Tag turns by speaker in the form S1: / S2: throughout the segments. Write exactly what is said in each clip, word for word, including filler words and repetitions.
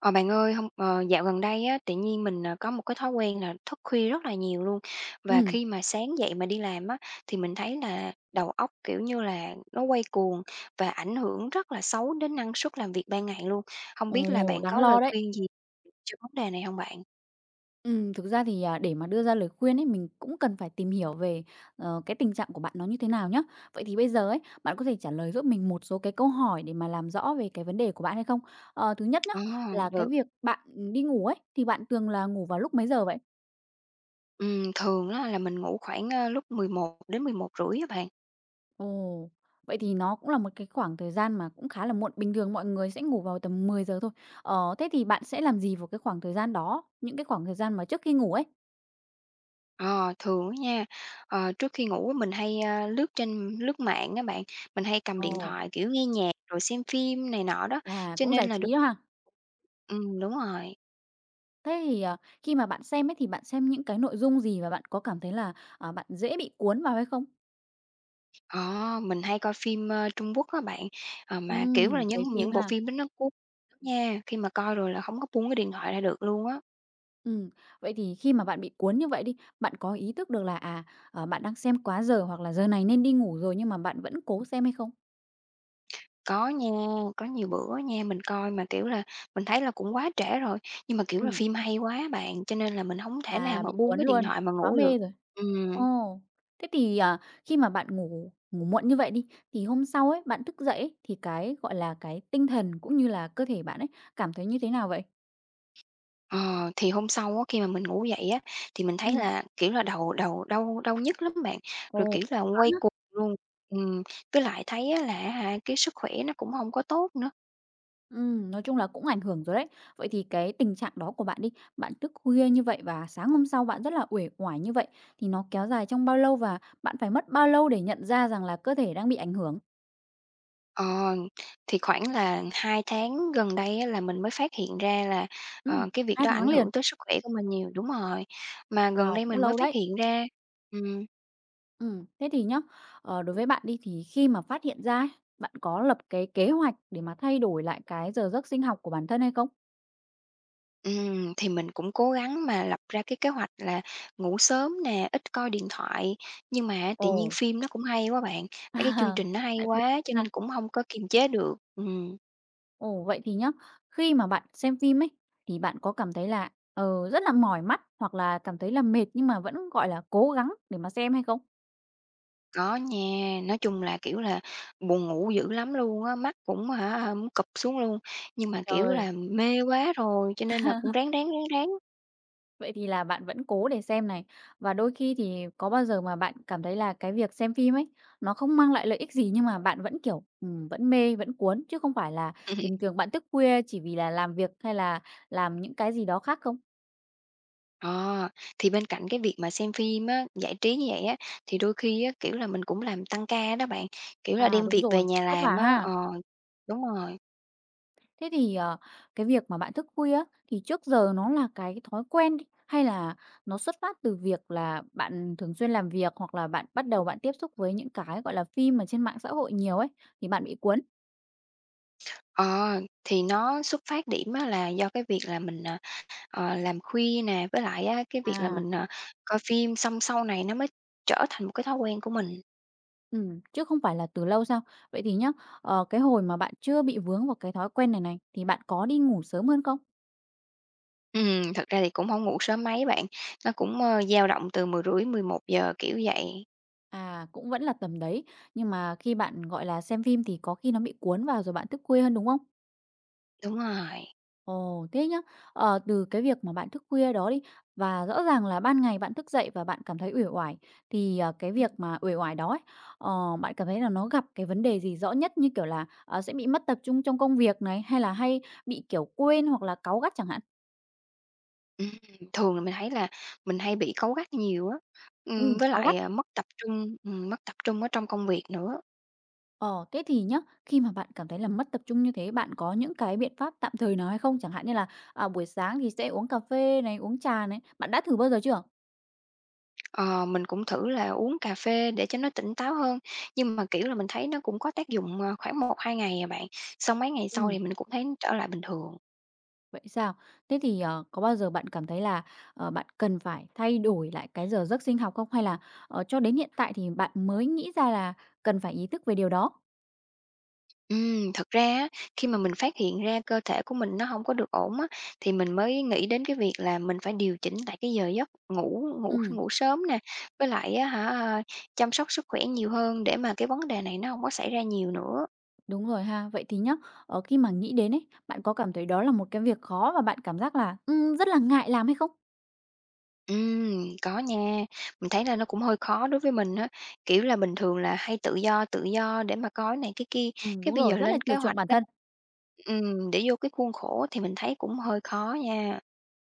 S1: Ờ, bạn ơi, hông ờ, dạo gần đây á, tự nhiên mình, ờ, có một cái thói quen là thức khuya rất là nhiều luôn. Và
S2: Ừm,
S1: khi mà sáng dậy mà đi làm á, thì mình thấy là đầu óc, kiểu như là, nó quay cuồng và ảnh hưởng rất là xấu đến năng suất làm việc ban ngày luôn. Không biết là
S2: ồ,
S1: bạn
S2: đáng
S1: có lời
S2: lo đấy.
S1: khuyên gì cho vấn đề này không bạn?
S2: Ừm, thực ra thì, à, để mà đưa ra lời khuyên ấy, mình cũng cần phải tìm hiểu về, ờ, cái tình trạng của bạn nó như thế nào nhá. Vậy thì bây giờ ấy, bạn có thể trả lời giúp mình một số cái câu hỏi để mà làm rõ về cái vấn đề của bạn hay không? Ờ, thứ nhất nhá,
S1: Ờ,
S2: là cái
S1: được.
S2: việc bạn, ừm, đi ngủ ấy, thì bạn thường là ngủ vào lúc mấy giờ vậy?
S1: Ừm, thường á là mình ngủ khoảng, ơ, lúc mười một giờ đến mười một rưỡi á bạn.
S2: Ồ, vậy thì nó cũng là một cái khoảng thời gian mà cũng khá là muộn, bình thường mọi người sẽ ngủ vào tầm mười giờ thôi. Ờ, thế thì bạn sẽ làm gì vào cái khoảng thời gian đó, những cái khoảng thời gian mà trước khi ngủ ấy?
S1: Ờ, thường á nha, ờ, trước khi ngủ á mình hay, a, lướt trên lướt mạng á bạn, mình hay cầm điện
S2: Ồ,
S1: thoại, kiểu, nghe nhạc rồi xem phim này nọ đó,
S2: à,
S1: cho
S2: cũng
S1: nên
S2: giải
S1: là đúng
S2: trí đó ha?
S1: ừm, đúng rồi.
S2: Thế thì, ờ, khi mà bạn xem ấy thì bạn xem những cái nội dung gì và bạn có cảm thấy là, à, bạn dễ bị cuốn vào hay không?
S1: Ờ, mình hay coi phim, ơ, Trung Quốc á bạn, ờ, mà, kiểu là,
S2: Ừm,
S1: những
S2: cái phim
S1: những bộ
S2: ha.
S1: phim đó nó cuốn lắm nha, khi mà coi rồi là không có buông cái điện thoại ra được luôn á.
S2: Ừm, vậy thì khi mà bạn bị cuốn như vậy đi, bạn có ý thức được là, à, ờ, bạn đang xem quá giờ hoặc là giờ này nên đi ngủ rồi nhưng mà bạn vẫn cố xem hay không?
S1: Có nha, có nhiều bữa nha mình coi mà, kiểu là, mình thấy là cũng quá trễ rồi, nhưng mà, kiểu là,
S2: Ừm.
S1: phim hay quá bạn, cho nên là mình không thể nào
S2: À,
S1: mà
S2: bị
S1: buông
S2: cuốn
S1: cái điện
S2: luôn,
S1: thoại mà
S2: quá
S1: ngủ được.
S2: mê rồi. Ồ,
S1: Ừm.
S2: thế thì, à, khi mà bạn ngủ ngủ muộn như vậy đi, thì hôm sau ấy, bạn thức dậy ấy, thì cái, gọi là, cái tinh thần cũng như là cơ thể bạn ấy, cảm thấy như thế nào vậy?
S1: Ờ, thì hôm sau á, khi mà mình ngủ dậy á, thì mình thấy
S2: Ừm.
S1: là, kiểu là, đầu đầu đau đau nhức lắm bạn, rồi,
S2: Ồ,
S1: kiểu là,
S2: choáng.
S1: quay cuồng luôn. Ừm, với lại thấy á là á hả, cái sức khỏe nó cũng hông có tốt nữa.
S2: Ừm, nói chung là cũng ảnh hưởng rồi đấy. Vậy thì cái tình trạng đó của bạn đi, bạn thức khuya như vậy và sáng hôm sau bạn rất là uể oải như vậy, thì nó kéo dài trong bao lâu và bạn phải mất bao lâu để nhận ra rằng là cơ thể đang bị ảnh hưởng?
S1: Ờ, thì khoảng là hai tháng gần đây á là mình mới phát hiện ra là,
S2: Ừm,
S1: ờ, cái việc
S2: hai
S1: đó
S2: tháng
S1: ảnh
S2: liền.
S1: hưởng tới sức khỏe của mình nhiều đúng rồi, mà gần
S2: Wow,
S1: đây
S2: cũng
S1: mình mới
S2: lâu
S1: phát
S2: đấy.
S1: hiện ra. Ừm.
S2: Ừm, thế thì nhá, ờ, đối với bạn đi thì khi mà phát hiện ra ấy, bạn có lập cái kế hoạch để mà thay đổi lại cái giờ giấc sinh học của bản thân hay không?
S1: Ừm, thì mình cũng cố gắng mà lập ra cái kế hoạch là ngủ sớm nè, ít coi điện thoại, nhưng mà tự nhiên
S2: Ồ,
S1: phim nó cũng hay quá bạn, mấy cái chương
S2: à,
S1: trình nó hay
S2: tại vì.
S1: quá cho nên cũng hông có kiềm chế được. Ừm,
S2: Ồ, vậy thì nhá, khi mà bạn xem phim ấy thì bạn có cảm thấy là, ờ, rất là mỏi mắt hoặc là cảm thấy là mệt nhưng mà vẫn, gọi là, cố gắng để mà xem hay không?
S1: có nha, nói chung là, kiểu là, buồn ngủ dữ lắm luôn á, mắt cũng hả, muốn cụp xuống luôn, nhưng mà, kiểu
S2: Trời!
S1: là, mê quá rồi cho nên là cũng ráng, ráng, ráng, ráng.
S2: Vậy thì là bạn vẫn cố để xem này. Và đôi khi thì có bao giờ mà bạn cảm thấy là cái việc xem phim ấy, nó không mang lại lợi ích gì nhưng mà bạn vẫn, kiểu, ừm, vẫn mê, vẫn cuốn, chứ không phải là bình thường bạn thức khuya chỉ vì là làm việc hay là làm những cái gì đó khác không?
S1: Ờ, thì bên cạnh cái việc mà xem phim á, giải trí như vậy á, thì đôi khi á, kiểu là, mình cũng làm tăng ca đó bạn, kiểu là,
S2: À,
S1: đem
S2: đúng
S1: việc về
S2: rồi,
S1: nhà
S2: vất vả
S1: làm á,
S2: ha!
S1: ờ, Đúng rồi.
S2: Thế thì, ờ, cái việc mà bạn thức khuya á, thì trước giờ nó là cái thói quen đi, hay là nó xuất phát từ việc là bạn thường xuyên làm việc, hoặc là bạn bắt đầu bạn tiếp xúc với những cái, gọi là, phim mà trên mạng xã hội nhiều ấy, thì bạn bị cuốn?
S1: Ờ, thì nó xuất phát điểm á là do cái việc là mình, ờ, ờ, làm khuya nè, với lại á, cái việc là
S2: À,
S1: mình, ờ, coi phim xong sau này nó mới trở thành một cái thói quen của mình.
S2: ừm, chứ không phải là từ lâu sao? Vậy thì nhá, ờ, cái hồi mà bạn chưa bị vướng vào cái thói quen này này, thì bạn có đi ngủ sớm hơn không?
S1: Ừm, thật ra thì cũng không ngủ sớm mấy bạn, nó cũng, ơ, dao động từ mười mười rưỡi mười một giờ kiểu vậy.
S2: À, cũng vẫn là tầm đấy, nhưng mà khi bạn, gọi là, xem phim thì có khi nó bị cuốn vào rồi bạn thức khuya hơn, đúng không?
S1: Đúng rồi.
S2: Ồ, thế nhá. Ờ, từ cái việc mà bạn thức khuya đó đi, và rõ ràng là ban ngày bạn thức dậy và bạn cảm thấy uể oải, thì, ờ, cái việc mà uể oải đó ấy, ờ, bạn cảm thấy là nó gặp cái vấn đề gì rõ nhất? Như kiểu là, ờ, sẽ bị mất tập trung trong công việc này, hay là hay bị, kiểu, quên hoặc là cáu gắt chẳng hạn?
S1: Ừm, thường là mình thấy là mình hay bị cáu gắt nhiều á, ừm,
S2: Ừm,
S1: với
S2: cáu gắt.
S1: lại, à, mất tập trung, ừm, mất tập trung ở trong công việc nữa.
S2: Ờ, thế thì nhá, khi mà bạn cảm thấy là mất tập trung như thế, bạn có những cái biện pháp tạm thời nào hay không? Chẳng hạn như là, à, buổi sáng thì sẽ uống cà phê này, uống trà này, bạn đã thử bao giờ chưa?
S1: Ờ, mình cũng thử là uống cà phê để cho nó tỉnh táo hơn, nhưng mà, kiểu là, mình thấy nó cũng có tác dụng, ờ, khoảng một hai ngày à bạn, sau mấy ngày sau
S2: Ừm.
S1: thì mình cũng thấy trở lại bình thường.
S2: Vậy sao? Thế thì, ờ, có bao giờ bạn cảm thấy là, ờ, bạn cần phải thay đổi lại cái giờ giấc sinh học không? Hay là, ờ, cho đến hiện tại thì bạn mới nghĩ ra là cần phải ý thức về điều đó?
S1: Ừm, thật ra á, khi mà mình phát hiện ra cơ thể của mình nó không có được ổn á, thì mình mới nghĩ đến cái việc là mình phải điều chỉnh lại cái giờ giấc ngủ ngủ
S2: Ừm,
S1: ngủ sớm nè, với lại á hả, à, chăm sóc sức khỏe nhiều hơn để mà cái vấn đề này nó không có xảy ra nhiều nữa.
S2: đúng rồi ha. Vậy thì nhá, ờ, khi mà nghĩ đến ấy, bạn có cảm thấy đó là một cái việc khó và bạn cảm giác là, ừm, rất là ngại làm hay không?
S1: Ừm, có nha, mình thấy là nó cũng hơi khó đối với mình á, kiểu là, bình thường là hay tự do, tự do để mà coi này cái kia,
S2: Ừm,
S1: cái
S2: đúng
S1: bây
S2: rồi,
S1: giờ
S2: rất là
S1: lên kế
S2: chiều chuộng
S1: hoạch
S2: bản
S1: á
S2: thân.
S1: ừm, để vô cái khuôn khổ thì mình thấy cũng hơi khó nha.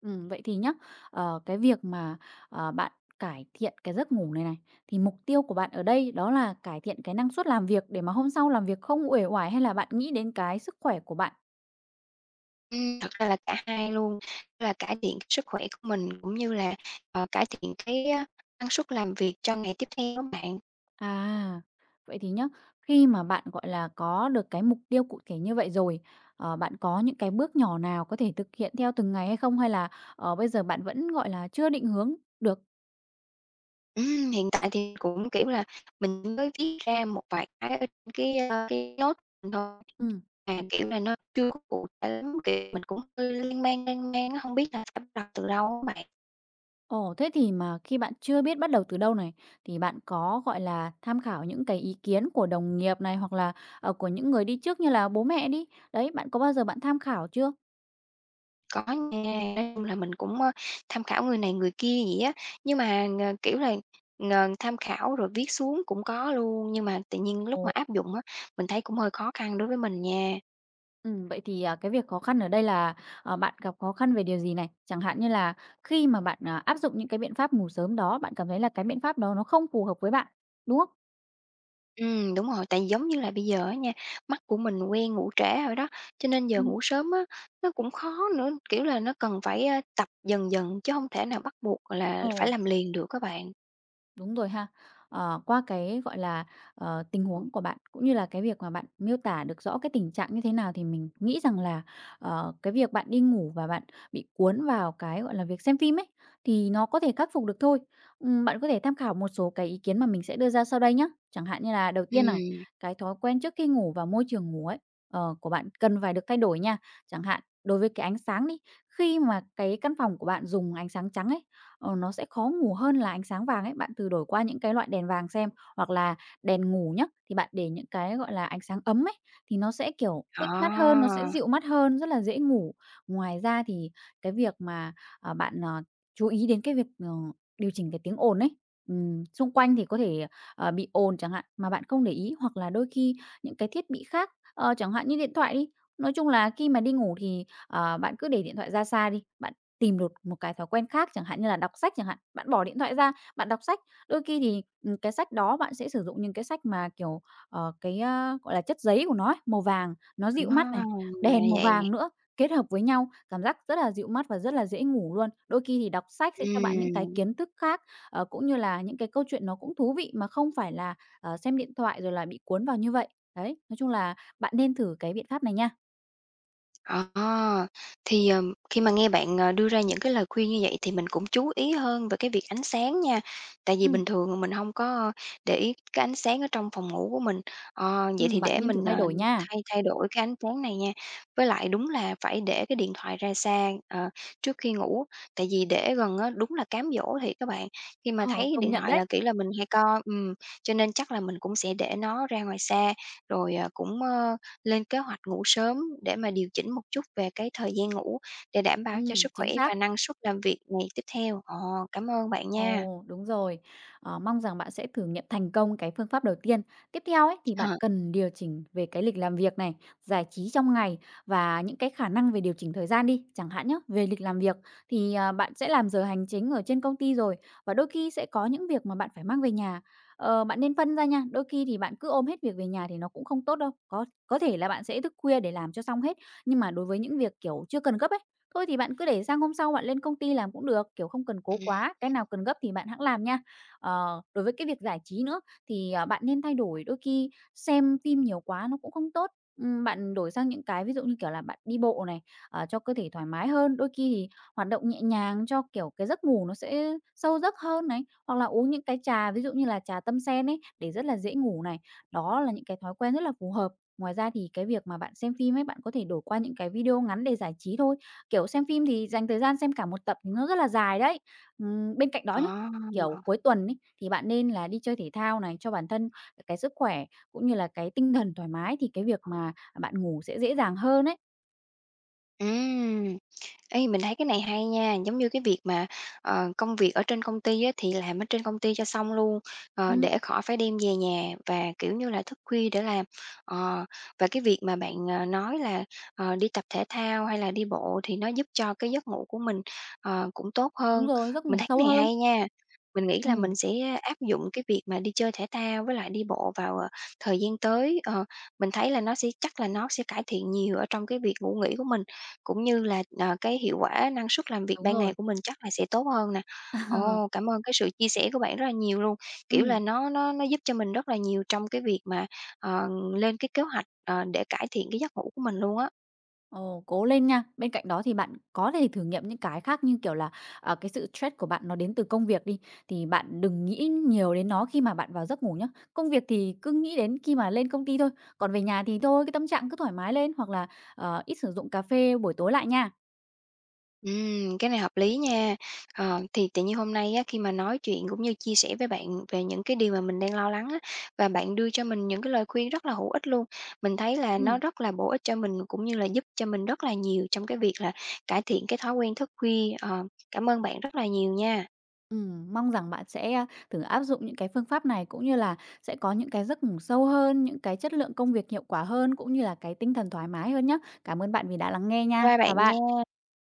S2: Ừm, vậy thì nhá, ờ, cái việc mà, ờ, bạn cải thiện cái giấc ngủ này này, thì mục tiêu của bạn ở đây đó là cải thiện cái năng suất làm việc để mà hôm sau làm việc không uể oải hay là bạn nghĩ đến cái sức khỏe của bạn?
S1: Ừm, thật ra là cả hai luôn, tức là cải thiện sức khỏe của mình cũng như là, ờ, cải thiện cái, a, năng suất làm việc cho ngày tiếp theo á bạn.
S2: À, vậy thì nhá, khi mà bạn, gọi là, có được cái mục tiêu cụ thể như vậy rồi, ờ, bạn có những cái bước nhỏ nào có thể thực hiện theo từng ngày hay không? Hay là, ờ, bây giờ bạn vẫn, gọi là, chưa định hướng được?
S1: Ừm, hiện tại thì cũng, kiểu là, mình mới viết ra một vài cái ở trên cái, a, cái note mình thôi,
S2: Ừm.
S1: mà, kiểu là, nó chưa có cụ thể lắm, kiểu, mình cũng hơi lan man, lan man á, hông biết là phải bắt đầu từ đâu á bạn.
S2: Ồ, thế thì mà khi bạn chưa biết bắt đầu từ đâu này, thì bạn có, gọi là, tham khảo những cái ý kiến của đồng nghiệp này, hoặc là, ờ, của những người đi trước như là bố mẹ đi. Đấy, bạn có bao giờ bạn tham khảo chưa?
S1: Có nha, nói chung là mình cũng, ơ, tham khảo người này người kia vậy á, nhưng mà, ờ, kiểu là, ờ, tham khảo rồi viết xuống cũng có luôn, nhưng mà tự nhiên lúc mà
S2: Ồ,
S1: áp dụng á, mình thấy cũng hơi khó khăn đối với mình nha.
S2: ừm, vậy thì, à, cái việc khó khăn ở đây là, ờ, bạn gặp khó khăn về điều gì này? Chẳng hạn như là khi mà bạn, à, áp dụng những cái biện pháp ngủ sớm đó, bạn cảm thấy là cái biện pháp đó nó không phù hợp với bạn, đúng không?
S1: Ừm, đúng rồi, tại vì giống như là bây giờ á nha, mắt của mình quen ngủ trễ rồi đó, cho nên giờ
S2: Ừm.
S1: ngủ sớm á, nó cũng khó nữa, kiểu là, nó cần phải, a, tập dần dần chứ hông thể nào bắt buộc, gọi là,
S2: Ồ.
S1: phải làm liền được á bạn.
S2: Đúng rồi ha. Ờ, qua cái, gọi là, ờ, tình huống của bạn, cũng như là cái việc mà bạn miêu tả được rõ cái tình trạng như thế nào thì mình nghĩ rằng là, ờ, cái việc bạn đi ngủ và bạn bị cuốn vào cái, gọi là, việc xem phim ấy, thì nó có thể khắc phục được thôi. Ừm, bạn có thể tham khảo một số cái ý kiến mà mình sẽ đưa ra sau đây nhé. Chẳng hạn như là đầu tiên này,
S1: Ừm,
S2: cái thói quen trước khi ngủ và môi trường ngủ ấy, ờ, của bạn cần phải được thay đổi nha. Chẳng hạn đối với cái ánh sáng đi, khi mà cái căn phòng của bạn dùng ánh sáng trắng ấy, ờ, nó sẽ khó ngủ hơn là ánh sáng vàng ấy. Bạn thử đổi qua những cái loại đèn vàng xem, hoặc là đèn ngủ nhá, thì bạn để những cái, gọi là, ánh sáng ấm ấy, thì nó sẽ, kiểu,
S1: đó,
S2: thích mắt hơn, nó sẽ dịu mắt hơn, rất là dễ ngủ. Ngoài ra thì cái việc mà, ờ, bạn, ờ, chú ý đến cái việc, ờ, điều chỉnh cái tiếng ồn ấy, ừm, xung quanh thì có thể, ờ, bị ồn chẳng hạn, mà bạn không để ý, hoặc là đôi khi những cái thiết bị khác, ờ, chẳng hạn như điện thoại đi. Nói chung là khi mà đi ngủ thì, ờ, bạn cứ để điện thoại ra xa đi, bạn tìm đột một cái thói quen khác, chẳng hạn như là đọc sách chẳng hạn. Bạn bỏ điện thoại ra, bạn đọc sách, đôi khi thì, ừm, cái sách đó bạn sẽ sử dụng những cái sách mà, kiểu, ờ, cái, a, gọi là, chất giấy của nó ấy, màu vàng, nó dịu
S1: đó,
S2: mắt này,
S1: ra
S2: đèn màu
S1: vậy.
S2: vàng nữa, kết hợp với nhau, cảm giác rất là dịu mắt và rất là dễ ngủ luôn. Đôi khi thì đọc sách sẽ cho bạn những cái
S1: Ừm.
S2: kiến thức khác, ờ, cũng như là những cái câu chuyện nó cũng thú vị mà không phải là, ờ, xem điện thoại rồi là bị cuốn vào như vậy. Đấy, nói chung là bạn nên thử cái biện pháp này nha.
S1: À, thì, ờm, khi mà nghe bạn, ờ, đưa ra những cái lời khuyên như vậy thì mình cũng chú ý hơn về cái việc ánh sáng nha. Tại vì bình
S2: Ừm,
S1: thường mình không có để ý cái ánh sáng ở trong phòng ngủ của mình, ờ, vậy
S2: ừm,
S1: thì
S2: bạn
S1: để
S2: nên thử
S1: mình,
S2: thay
S1: ờ,
S2: đổi nha.
S1: thay thay đổi cái ánh sáng này nha. Với lại đúng là phải để cái điện thoại ra xa, ờ, trước khi ngủ, tại vì để gần á đúng là cám dỗ thì các bạn. Khi mà
S2: Ờ,
S1: thấy
S2: công
S1: điện
S2: nhận
S1: thoại
S2: đấy.
S1: là, kiểu là, mình hay coi ừm, cho nên chắc là mình cũng sẽ để nó ra ngoài xa, rồi, ờ, cũng, ơ lên kế hoạch ngủ sớm để mà điều chỉnh một chút về cái thời gian ngủ để đảm bảo cho
S2: Ừm,
S1: sức
S2: chính
S1: khỏe
S2: xác.
S1: và năng suất làm việc ngày tiếp theo. Ồ, cảm ơn bạn nha.
S2: Ồ, đúng rồi. Ờ, mong rằng bạn sẽ thử nghiệm thành công cái phương pháp đầu tiên. Tiếp theo ấy, thì bạn
S1: Ờ,
S2: cần điều chỉnh về cái lịch làm việc này, giải trí trong ngày và những cái khả năng về điều chỉnh thời gian đi. Chẳng hạn nhé về lịch làm việc thì, à, bạn sẽ làm giờ hành chính ở trên công ty rồi, và đôi khi sẽ có những việc mà bạn phải mang về nhà. Ờ, bạn nên phân ra nha, đôi khi thì bạn cứ ôm hết việc về nhà thì nó cũng không tốt đâu. Có có thể là bạn sẽ thức khuya để làm cho xong hết, nhưng mà đối với những việc, kiểu, chưa cần gấp ấy, thôi thì bạn cứ để sang hôm sau bạn lên công ty làm cũng được, kiểu, không cần cố quá, cái nào cần gấp thì bạn hẵng làm nha. Ờ, đối với cái việc giải trí nữa thì, ờ, bạn nên thay đổi, đôi khi xem phim nhiều quá nó cũng không tốt. Ừm, bạn đổi sang những cái ví dụ như, kiểu là, bạn đi bộ này, ờ, cho cơ thể thoải mái hơn, đôi khi thì hoạt động nhẹ nhàng cho, kiểu, cái giấc ngủ nó sẽ sâu giấc hơn này, hoặc là uống những cái trà, ví dụ như là trà tâm sen ấy, để rất là dễ ngủ này. Đó là những cái thói quen rất là phù hợp. Ngoài ra thì cái việc mà bạn xem phim ấy, bạn có thể đổi qua những cái video ngắn để giải trí thôi. Kiểu, xem phim thì dành thời gian xem cả một tập thì nó rất là dài đấy. Ừm, bên cạnh đó nhá, kiểu,
S1: đó.
S2: cuối tuần ấy, thì bạn nên là đi chơi thể thao này cho bản thân cái sức khỏe, cũng như là cái tinh thần thoải mái thì cái việc mà bạn ngủ sẽ dễ dàng hơn ấy.
S1: Ừm. Ê, mình thấy cái này hay nha, giống như cái việc mà, ờ, công việc ở trên công ty á, thì làm ở trên công ty cho xong luôn, ờ,
S2: Ừm,
S1: để khỏi phải đem về nhà và, kiểu như là, thức khuya để làm. Ờ, và cái việc mà bạn, ờ, nói là, ờ, đi tập thể thao hay là đi bộ thì nó giúp cho cái giấc ngủ của mình, ờ, cũng tốt
S2: đúng
S1: hơn.
S2: rồi, giấc
S1: Mình
S2: ngủ
S1: thấy
S2: sâu
S1: cái này
S2: hơn.
S1: hay nha, mình nghĩ là
S2: Ừm,
S1: mình sẽ áp dụng cái việc mà đi chơi thể thao với lại đi bộ vào, ờ, thời gian tới. Ờ, mình thấy là nó sẽ chắc là nó sẽ cải thiện nhiều ở trong cái việc ngủ nghỉ của mình cũng như là, ờ, cái hiệu quả năng suất làm việc
S2: đúng
S1: ban
S2: rồi.
S1: ngày của mình chắc là sẽ tốt hơn nè. Ồ, cảm ơn cái sự chia sẻ của bạn rất là nhiều luôn, kiểu là,
S2: Ừm.
S1: nó nó nó giúp cho mình rất là nhiều trong cái việc mà, ờ, lên cái kế hoạch, ờ, để cải thiện cái giấc ngủ của mình luôn á.
S2: Ồ, cố lên nha. Bên cạnh đó thì bạn có thể thử nghiệm những cái khác như, kiểu là, ờ, cái sự stress của bạn nó đến từ công việc đi, thì bạn đừng nghĩ nhiều đến nó khi mà bạn vào giấc ngủ nhé. Công việc thì cứ nghĩ đến khi mà lên công ty thôi, còn về nhà thì thôi, cái tâm trạng cứ thoải mái lên hoặc là, ờ, ít sử dụng cà phê buổi tối lại nha.
S1: Ừm, cái này hợp lý nha. Ờ, thì tự nhiên hôm nay á, khi mà nói chuyện cũng như chia sẻ với bạn về những cái điều mà mình đang lo lắng á, và bạn đưa cho mình những cái lời khuyên rất là hữu ích luôn. Mình thấy là nó
S2: Ừm,
S1: rất là bổ ích cho mình cũng như là giúp cho mình rất là nhiều trong cái việc là cải thiện cái thói quen thức khuya. Ờ, cảm ơn bạn rất là nhiều nha.
S2: ừm, mong rằng bạn sẽ, a, thử áp dụng những cái phương pháp này cũng như là sẽ có những cái giấc ngủ sâu hơn, những cái chất lượng công việc hiệu quả hơn cũng như là cái tinh thần thoải mái hơn nhé. Cảm ơn bạn vì đã lắng nghe nha.
S1: Bye bye
S2: Chào
S1: bạn
S2: bạn.
S1: nha.